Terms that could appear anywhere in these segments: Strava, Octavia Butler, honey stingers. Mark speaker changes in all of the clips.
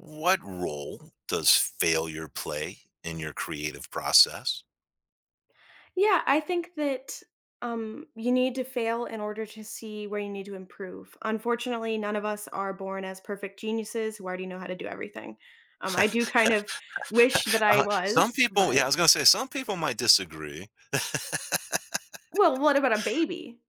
Speaker 1: What role does failure play in your creative process?
Speaker 2: Yeah, I think that you need to fail in order to see where you need to improve. Unfortunately, none of us are born as perfect geniuses who already know how to do everything. I do kind of wish that I
Speaker 1: Some
Speaker 2: was,
Speaker 1: people yeah, I
Speaker 2: but
Speaker 1: was gonna say, some people might disagree.
Speaker 2: well, what about a baby?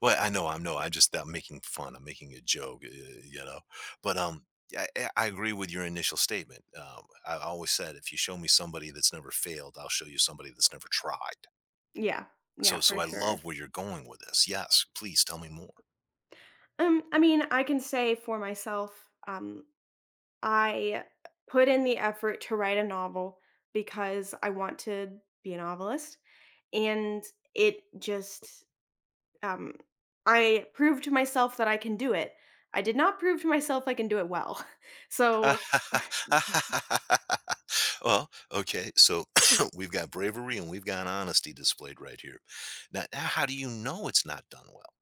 Speaker 1: Well, I know, I am no, I'm making fun, I'm making a joke, you know? But, yeah, I agree with your initial statement. I always said, "If you show me somebody that's never failed, I'll show you somebody that's never tried."
Speaker 2: Yeah, yeah,
Speaker 1: So
Speaker 2: for
Speaker 1: I
Speaker 2: sure.
Speaker 1: love where you're going with this. Yes, please tell me more.
Speaker 2: I mean, I can say for myself, I put in the effort to write a novel because I want to be a novelist, and it just Um, I proved to myself that I can do it. I did not prove to myself I can do it well. So,
Speaker 1: Well, okay. So we've got bravery and we've got honesty displayed right here. Now, how do you know it's not done well?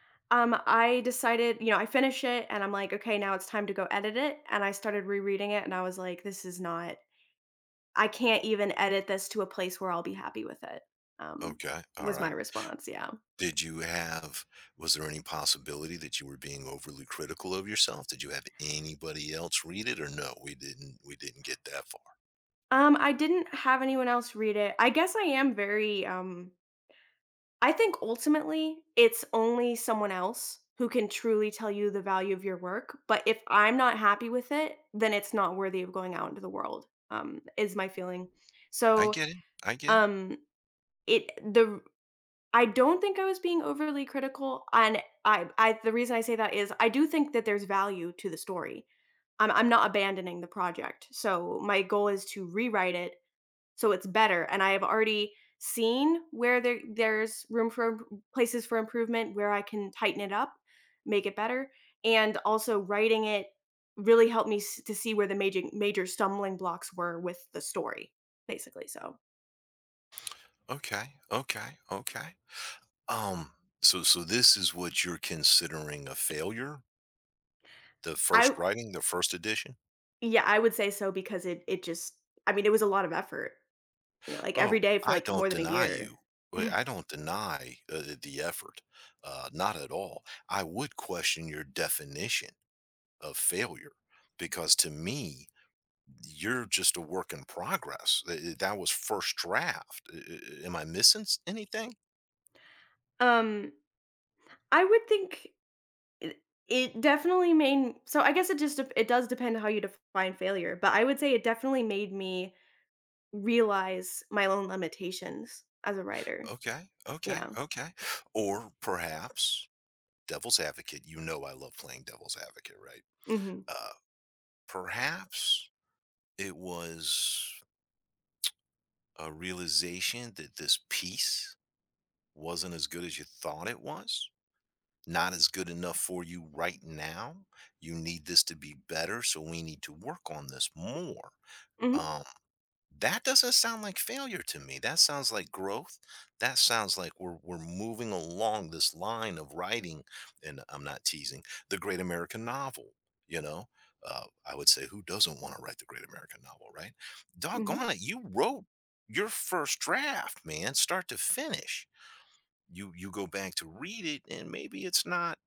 Speaker 2: I decided, I finish it and I'm like, okay, now it's time to go edit it. And I started rereading it and I was like, this is not, I can't even edit this to a place where I'll be happy with it. Um,
Speaker 1: Okay. All
Speaker 2: was my
Speaker 1: right.
Speaker 2: response. Yeah.
Speaker 1: Did you have, was there any possibility that you were being overly critical of yourself? Did you have anybody else read it or no? We didn't get that far.
Speaker 2: I didn't have anyone else read it. I guess I am very I think ultimately it's only someone else who can truly tell you the value of your work, but if I'm not happy with it, then it's not worthy of going out into the world, is my feeling.
Speaker 1: I
Speaker 2: So,
Speaker 1: get it. I get it.
Speaker 2: um, it the I don't think I was being overly critical, and I the reason I say that is I do think that there's value to the story. I'm not abandoning the project. So my goal is to rewrite it so it's better, and I have already seen where there's room for places for improvement, where I can tighten it up, make it better, and also writing it really helped me s to see where the major stumbling blocks were with the story, basically. So,
Speaker 1: Okay. Okay. Okay. Um, so, this is what you're considering a failure? The
Speaker 2: I
Speaker 1: first writing, the first edition?
Speaker 2: yeah, I would say so because it just I mean, it was a lot of effort, like, every
Speaker 1: Oh,
Speaker 2: day for,
Speaker 1: I
Speaker 2: like,
Speaker 1: don't
Speaker 2: more than a
Speaker 1: deny
Speaker 2: year.
Speaker 1: you. I don't deny the effort, not at all. I would question your definition of failure because to me, you're just a work in progress. That was first draft. Am I missing anything?
Speaker 2: Um, I would think It it definitely made so I guess it just dep it does depend how you define failure, but I would say it definitely made me realize my own limitations as a writer.
Speaker 1: Okay, okay,
Speaker 2: Yeah.
Speaker 1: okay. Or perhaps, devil's advocate, you know I love playing devil's advocate, right?
Speaker 2: Mhm.
Speaker 1: Uh, Perhaps it was a realization that this piece wasn't as good as you thought it was, not as good enough for you right now. You need this to be better, so we need to work on this more.
Speaker 2: Mhm.
Speaker 1: Um, that doesn't sound like failure to me. That sounds like growth. That sounds like we're moving along this line of writing, and I'm not teasing the great American novel. You know, I would say who doesn't want to write the great American novel, right? Doggone
Speaker 2: Mhm.
Speaker 1: it, you wrote your first draft, man, start to finish. You go back to read it, and maybe it's not,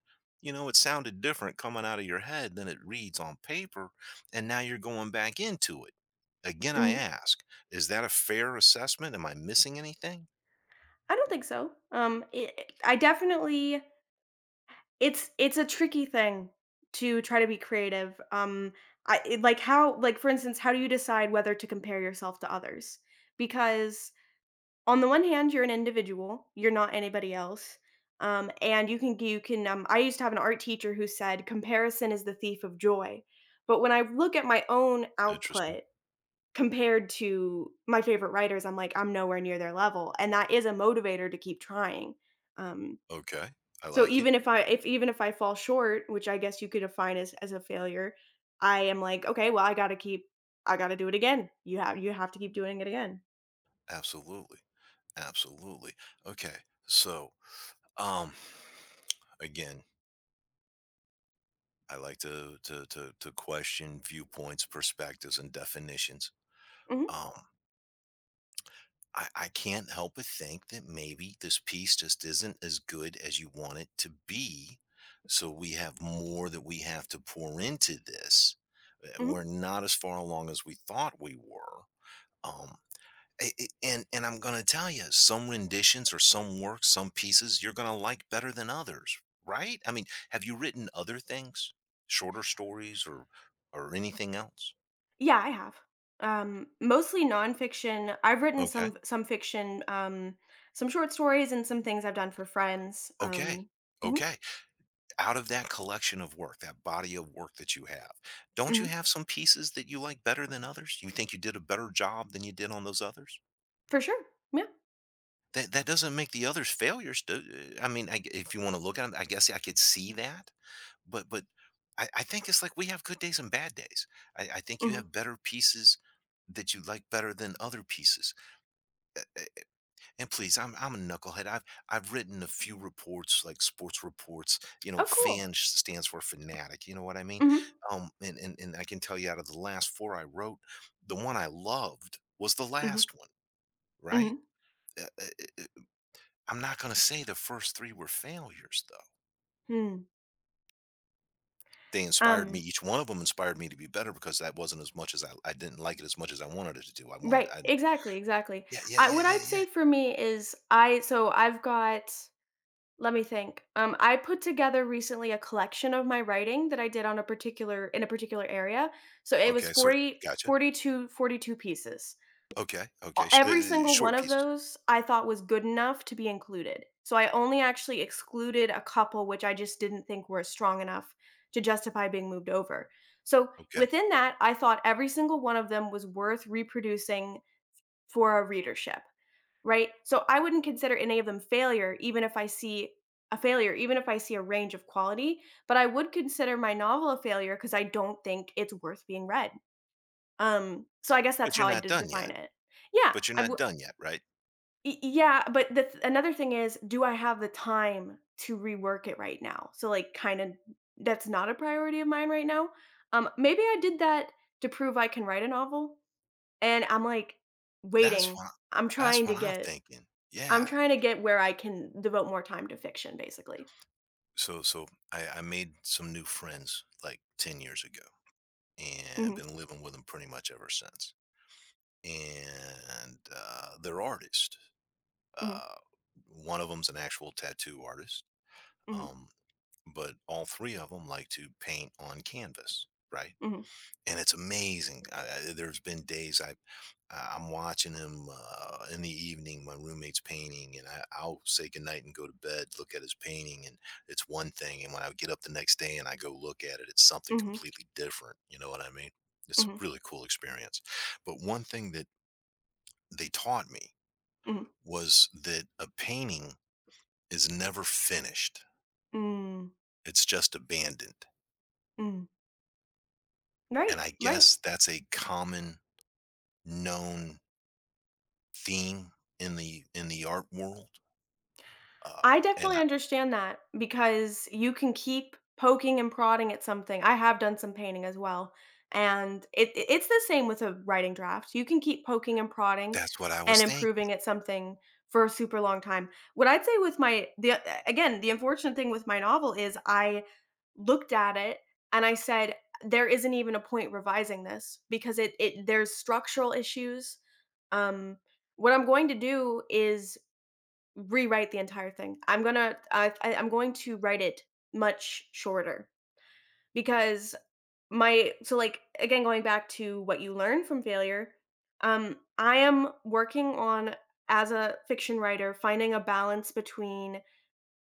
Speaker 1: you know, it sounded different coming out of your head than it reads on paper, and now you're going back into it again. I
Speaker 2: Mhm.
Speaker 1: ask, is that a fair assessment? Am I missing anything?
Speaker 2: I don't think so. It it I definitely it's a tricky thing to try to be creative. I it like, how like, for instance, how do you decide whether to compare yourself to others? Because on the one hand, you're an individual, you're not anybody else. And you can I used to have an art teacher who said comparison is the thief of joy. But when I look at my own
Speaker 1: Interesting.
Speaker 2: output compared to my favorite writers, I'm like, I'm nowhere near their level. And that is a motivator to keep trying. Um,
Speaker 1: Okay, I
Speaker 2: so
Speaker 1: like it.
Speaker 2: even if I if even if I fall short, which I guess you could define as a failure, I am like, okay, well, I gotta do it again. You have to keep doing it again.
Speaker 1: Absolutely, absolutely. Okay. So, um again, I like to question viewpoints, perspectives, and definitions.
Speaker 2: Hmm.
Speaker 1: um. I can't help but think that maybe this piece just isn't as good as you want it to be. So we have more that we have to pour into this. We're
Speaker 2: Hmm.
Speaker 1: not as far along as we thought we were. Um, and I'm gonna tell you, some renditions or some works, some pieces you're gonna like better than others, right? I mean, have you written other things, shorter stories, or anything else?
Speaker 2: Yeah, I have. Mostly nonfiction. I've written
Speaker 1: Okay,
Speaker 2: some fiction, some short stories, and some things I've done for friends.
Speaker 1: okay,
Speaker 2: Hmm.
Speaker 1: okay. Out of that collection of work, that body of work that you have, don't you
Speaker 2: Hmm.
Speaker 1: have some pieces that you like better than others? You think you did a better job than you did on those others?
Speaker 2: For sure. Yeah.
Speaker 1: That doesn't make the others failures. I mean, I g if you want to look at them, I guess I could see that. But I think it's like we have good days and bad days. I think you
Speaker 2: Hmm.
Speaker 1: have better pieces that you like better than other pieces. And please, I'm a knucklehead. I've written a few reports, like sports reports. You know,
Speaker 2: Oh, cool.
Speaker 1: fan stands for fanatic. You know what I mean?
Speaker 2: Hmm.
Speaker 1: And I can tell you, out of the last four I wrote, the one I loved was the
Speaker 2: Hmm.
Speaker 1: last one. Right?
Speaker 2: Hmm.
Speaker 1: Uh, uh, uh, uh, I'm not going to say the first three were failures, though.
Speaker 2: Hmm.
Speaker 1: They inspired me.
Speaker 2: Um,
Speaker 1: Each one of them inspired me to be better because that wasn't as much as I didn't like it as much as I wanted it to do. I wanted.
Speaker 2: right.
Speaker 1: I
Speaker 2: Exactly. Exactly.
Speaker 1: Yeah, yeah, yeah,
Speaker 2: What
Speaker 1: yeah,
Speaker 2: I'd
Speaker 1: yeah.
Speaker 2: say for me is I. So I've got. Let me think. I put together recently a collection of my writing that I did on a particular in a particular area. So it was
Speaker 1: Okay, sir. Gotcha.
Speaker 2: 42 pieces.
Speaker 1: Okay,
Speaker 2: A
Speaker 1: okay.
Speaker 2: Every single one
Speaker 1: Short
Speaker 2: of
Speaker 1: pieces.
Speaker 2: those I thought was good enough to be included. So I only actually excluded a couple which I just didn't think were strong enough to justify being moved over. So
Speaker 1: Okay.
Speaker 2: within that, I thought every single one of them was worth reproducing for a readership, right? So I wouldn't consider any of them failure, even if I see even if I see a range of quality, but I would consider my novel a failure because I don't think it's worth being read. So I guess that's
Speaker 1: But you're
Speaker 2: how I
Speaker 1: not
Speaker 2: d
Speaker 1: done
Speaker 2: define
Speaker 1: yet.
Speaker 2: it. Yeah,
Speaker 1: But you're
Speaker 2: I
Speaker 1: not
Speaker 2: wou
Speaker 1: done yet, right?
Speaker 2: Y yeah, but the th another thing is, do I have the time to rework it right now? So, like, kinda that's not a priority of mine right now. Maybe I did that to prove I can write a novel, and I'm, like,
Speaker 1: That's
Speaker 2: waiting.
Speaker 1: what
Speaker 2: I'm
Speaker 1: that's
Speaker 2: trying to
Speaker 1: what I'm
Speaker 2: get
Speaker 1: thinking.
Speaker 2: I'm
Speaker 1: Yeah.
Speaker 2: trying to get where I can devote more time to fiction, basically.
Speaker 1: So I made some new friends like 10 years ago, and I've
Speaker 2: Mhm,
Speaker 1: been living with them pretty much ever since. And they're artists.
Speaker 2: mhm,
Speaker 1: Uh, One of them's an actual tattoo artist.
Speaker 2: mhm,
Speaker 1: Um, but all three of them like to paint on canvas, right?
Speaker 2: mhm,
Speaker 1: And it's amazing. There's been days I'm watching him in the evening. My roommate's painting, and I'll say goodnight and go to bed. Look at his painting, and it's one thing. And when I get up the next day and I go look at it, it's something
Speaker 2: mhm,
Speaker 1: completely different. You know what I mean? It's a
Speaker 2: mhm,
Speaker 1: really cool experience. But one thing that they taught me
Speaker 2: mhm,
Speaker 1: was that a painting is never finished;
Speaker 2: mm,
Speaker 1: it's just abandoned.
Speaker 2: mm.
Speaker 1: And
Speaker 2: Right,
Speaker 1: I
Speaker 2: right.
Speaker 1: guess that's a common known theme in the art world. Uh,
Speaker 2: I
Speaker 1: and
Speaker 2: definitely
Speaker 1: I
Speaker 2: understand that because you can keep poking and prodding at something. I have done some painting as well, and it's the same with a writing draft. You can keep poking and prodding
Speaker 1: That's what I
Speaker 2: and
Speaker 1: was thinking,
Speaker 2: improving at something for a super long time. What I'd say with my the again, the unfortunate thing with my novel is I looked at it and I said, "There isn't even a point revising this because it there's structural issues." Um, what I'm going to do is rewrite the entire thing. I'm gonna I I'm going to write it much shorter because my so, like, again, going back to what you learn from failure, I am working on, as a fiction writer, finding a balance between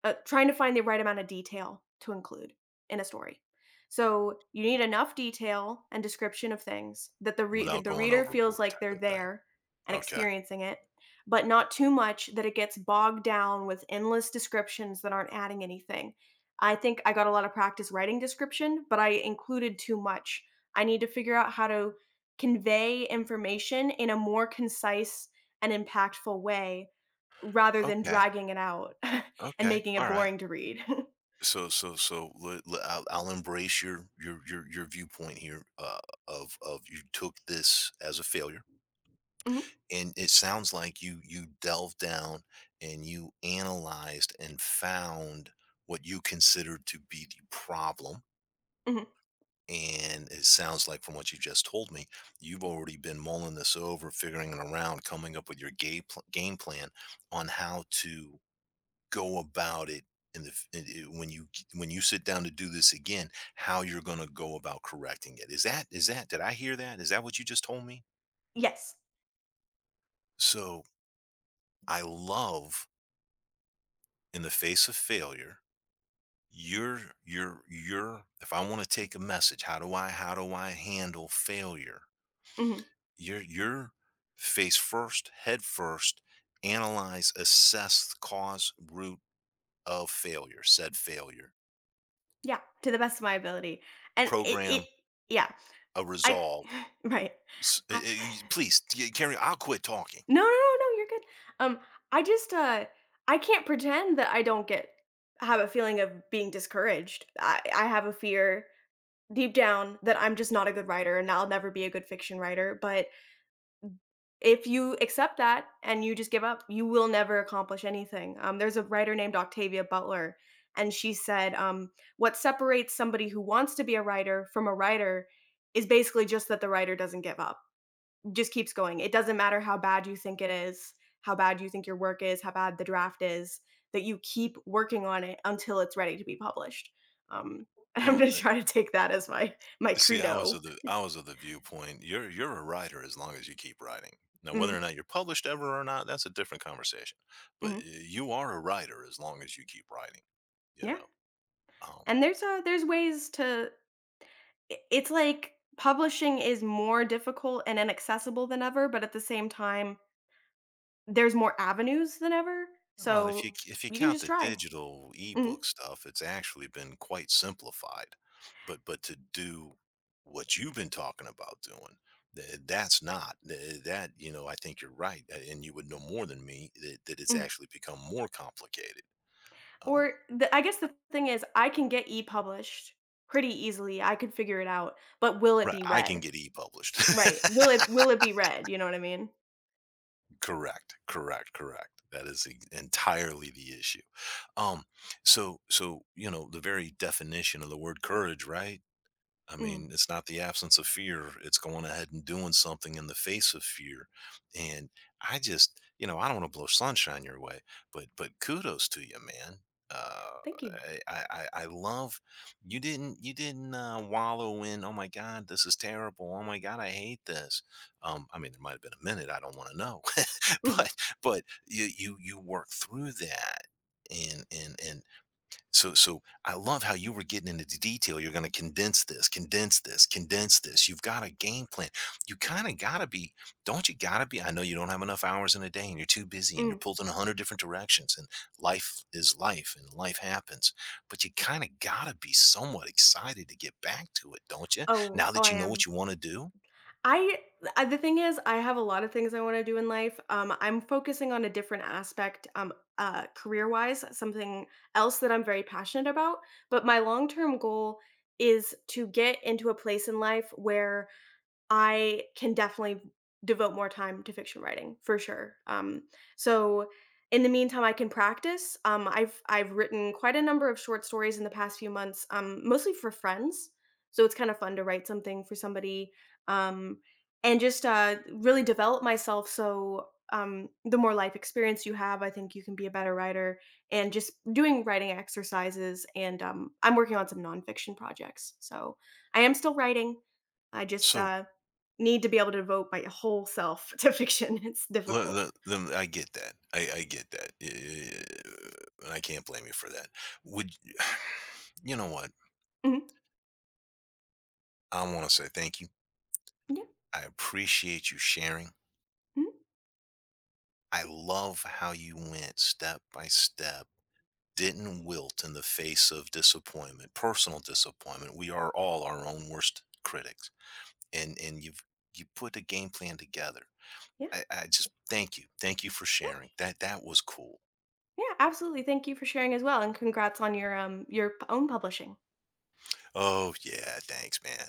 Speaker 2: trying to find the right amount of detail to include in a story. So you need enough detail and description of things that
Speaker 1: without
Speaker 2: that the
Speaker 1: going
Speaker 2: reader feels
Speaker 1: overboard
Speaker 2: like
Speaker 1: type
Speaker 2: they're
Speaker 1: of thing.
Speaker 2: there and
Speaker 1: Okay.
Speaker 2: experiencing it, but not too much that it gets bogged down with endless descriptions that aren't adding anything. I think I got a lot of practice writing description, but I included too much. I need to figure out how to convey information in a more concise and impactful way rather than
Speaker 1: Okay.
Speaker 2: dragging it out. And
Speaker 1: Okay.
Speaker 2: making it
Speaker 1: Alright.
Speaker 2: boring to read.
Speaker 1: So le le I'll embrace your viewpoint here, of you took this as a failure,
Speaker 2: Mhm,
Speaker 1: and it sounds like you delved down and you analyzed and found what you considered to be the problem.
Speaker 2: mhm.
Speaker 1: And it sounds like, from what you just told me, you've already been mulling this over, figuring it around, coming up with your game plan on how to go about it. In the f- in- When you sit down to do this again, how you're going to go about correcting it? Is that Did I hear that? Is that what you just told me?
Speaker 2: Yes.
Speaker 1: So I love, in the face of failure, you're you're. If I want to take a message, how do I handle failure?
Speaker 2: Mhm.
Speaker 1: You're face first, head first, analyze, assess the cause, root of failure, said failure.
Speaker 2: Yeah, to the best of my ability. And it
Speaker 1: Program
Speaker 2: yeah,
Speaker 1: a
Speaker 2: I
Speaker 1: resolve.
Speaker 2: right. I
Speaker 1: Please carry. I'll quit talking.
Speaker 2: No, no, no, no, you're good. Um, I just, I can't pretend that I don't get have a feeling of being discouraged. I have a fear deep down that I'm just not a good writer and I'll never be a good fiction writer, but if you accept that and you just give up, you will never accomplish anything. There's a writer named Octavia Butler, and she said, "What separates somebody who wants to be a writer from a writer is basically just that the writer doesn't give up, just keeps going. It doesn't matter how bad you think it is, how bad you think your work is, how bad the draft is, that you keep working on it until it's ready to be published." Um, I'm
Speaker 1: Well,
Speaker 2: gonna try to take that as my
Speaker 1: see,
Speaker 2: credo.
Speaker 1: I was of the viewpoint. You're a writer as long as you keep writing. Now, whether
Speaker 2: Mhm,
Speaker 1: or not you're published ever or not, that's a different conversation. But
Speaker 2: mhm,
Speaker 1: you are a writer as long as you keep writing. You
Speaker 2: yeah.
Speaker 1: know. Um,
Speaker 2: And there's ways to I it's like publishing is more difficult and inaccessible than ever, but at the same time, there's more avenues than ever,
Speaker 1: Well, if
Speaker 2: so
Speaker 1: you if you
Speaker 2: you can
Speaker 1: count
Speaker 2: just
Speaker 1: the
Speaker 2: try.
Speaker 1: digital
Speaker 2: Mhm,
Speaker 1: ebook stuff, it's actually been quite simplified. But to do what you've been talking about doing, that's not that, you know. I think you're right, and you would know more than me that it's
Speaker 2: mhm.
Speaker 1: actually become more complicated. Um,
Speaker 2: Or the I guess the thing is I can get e-published pretty easily, I could figure it out, but will it
Speaker 1: right,
Speaker 2: be
Speaker 1: I can
Speaker 2: read?
Speaker 1: get e-published.
Speaker 2: Right. Will it will it be read, you know what I mean?
Speaker 1: Correct, correct, correct. That is entirely the issue. Um, so you know the very definition of the word courage, right? I
Speaker 2: Mm.
Speaker 1: mean, it's not the absence of fear. It's going ahead and doing something in the face of fear. And I just, you know, I don't want to blow sunshine your way, but kudos to you, man. Uh,
Speaker 2: Thank you.
Speaker 1: I love you didn't wallow in. Oh my God, this is terrible. Oh my God, I hate this. I mean, there might have been a minute. I don't want to know,
Speaker 2: Mhm,
Speaker 1: but but you work through that. And so I love how you were getting into the detail. You're gonna condense this, condense this, condense this. You've got a game plan. You kinda gotta be, don't you gotta be? I know you don't have enough hours in a day and you're too busy and you're
Speaker 2: mm.
Speaker 1: pulled in a hundred different directions, and life is life and life happens. But you kinda gotta be somewhat excited to get back to it, don't you?
Speaker 2: Oh,
Speaker 1: Now
Speaker 2: oh,
Speaker 1: that
Speaker 2: I
Speaker 1: you know what
Speaker 2: am.
Speaker 1: you wanna do?
Speaker 2: I I the thing is, I have a lot of things I wanna do in life. I'm focusing on a different aspect, career-wise, something else that I'm very passionate about, but my long-term goal is to get into a place in life where I can definitely devote more time to fiction writing for sure. So in the meantime, I can practice. I've written quite a number of short stories in the past few months, mostly for friends. So it's kind of fun to write something for somebody, um, and just really develop myself. So the more life experience you have, I think you can be a better writer. And just doing writing exercises, and I'm working on some nonfiction projects. So I am still writing. I just
Speaker 1: So
Speaker 2: need to be able to devote my whole self to fiction. It's difficult.
Speaker 1: I get that. I get that. And I can't blame you for that. Would you know what?
Speaker 2: Mhm.
Speaker 1: I want to say thank you.
Speaker 2: Yeah.
Speaker 1: I appreciate you sharing.
Speaker 2: Mhm.
Speaker 1: I
Speaker 2: Yeah.
Speaker 1: love how you went step by step, didn't wilt in the face of disappointment, personal disappointment. We are all our own worst critics. And you put a game plan together.
Speaker 2: Yeah.
Speaker 1: I just thank you. Thank you for
Speaker 2: Yeah.
Speaker 1: sharing. That was cool.
Speaker 2: Yeah. Absolutely. Thank you for sharing as well, and congrats on your p own publishing.
Speaker 1: Oh yeah, thanks, man.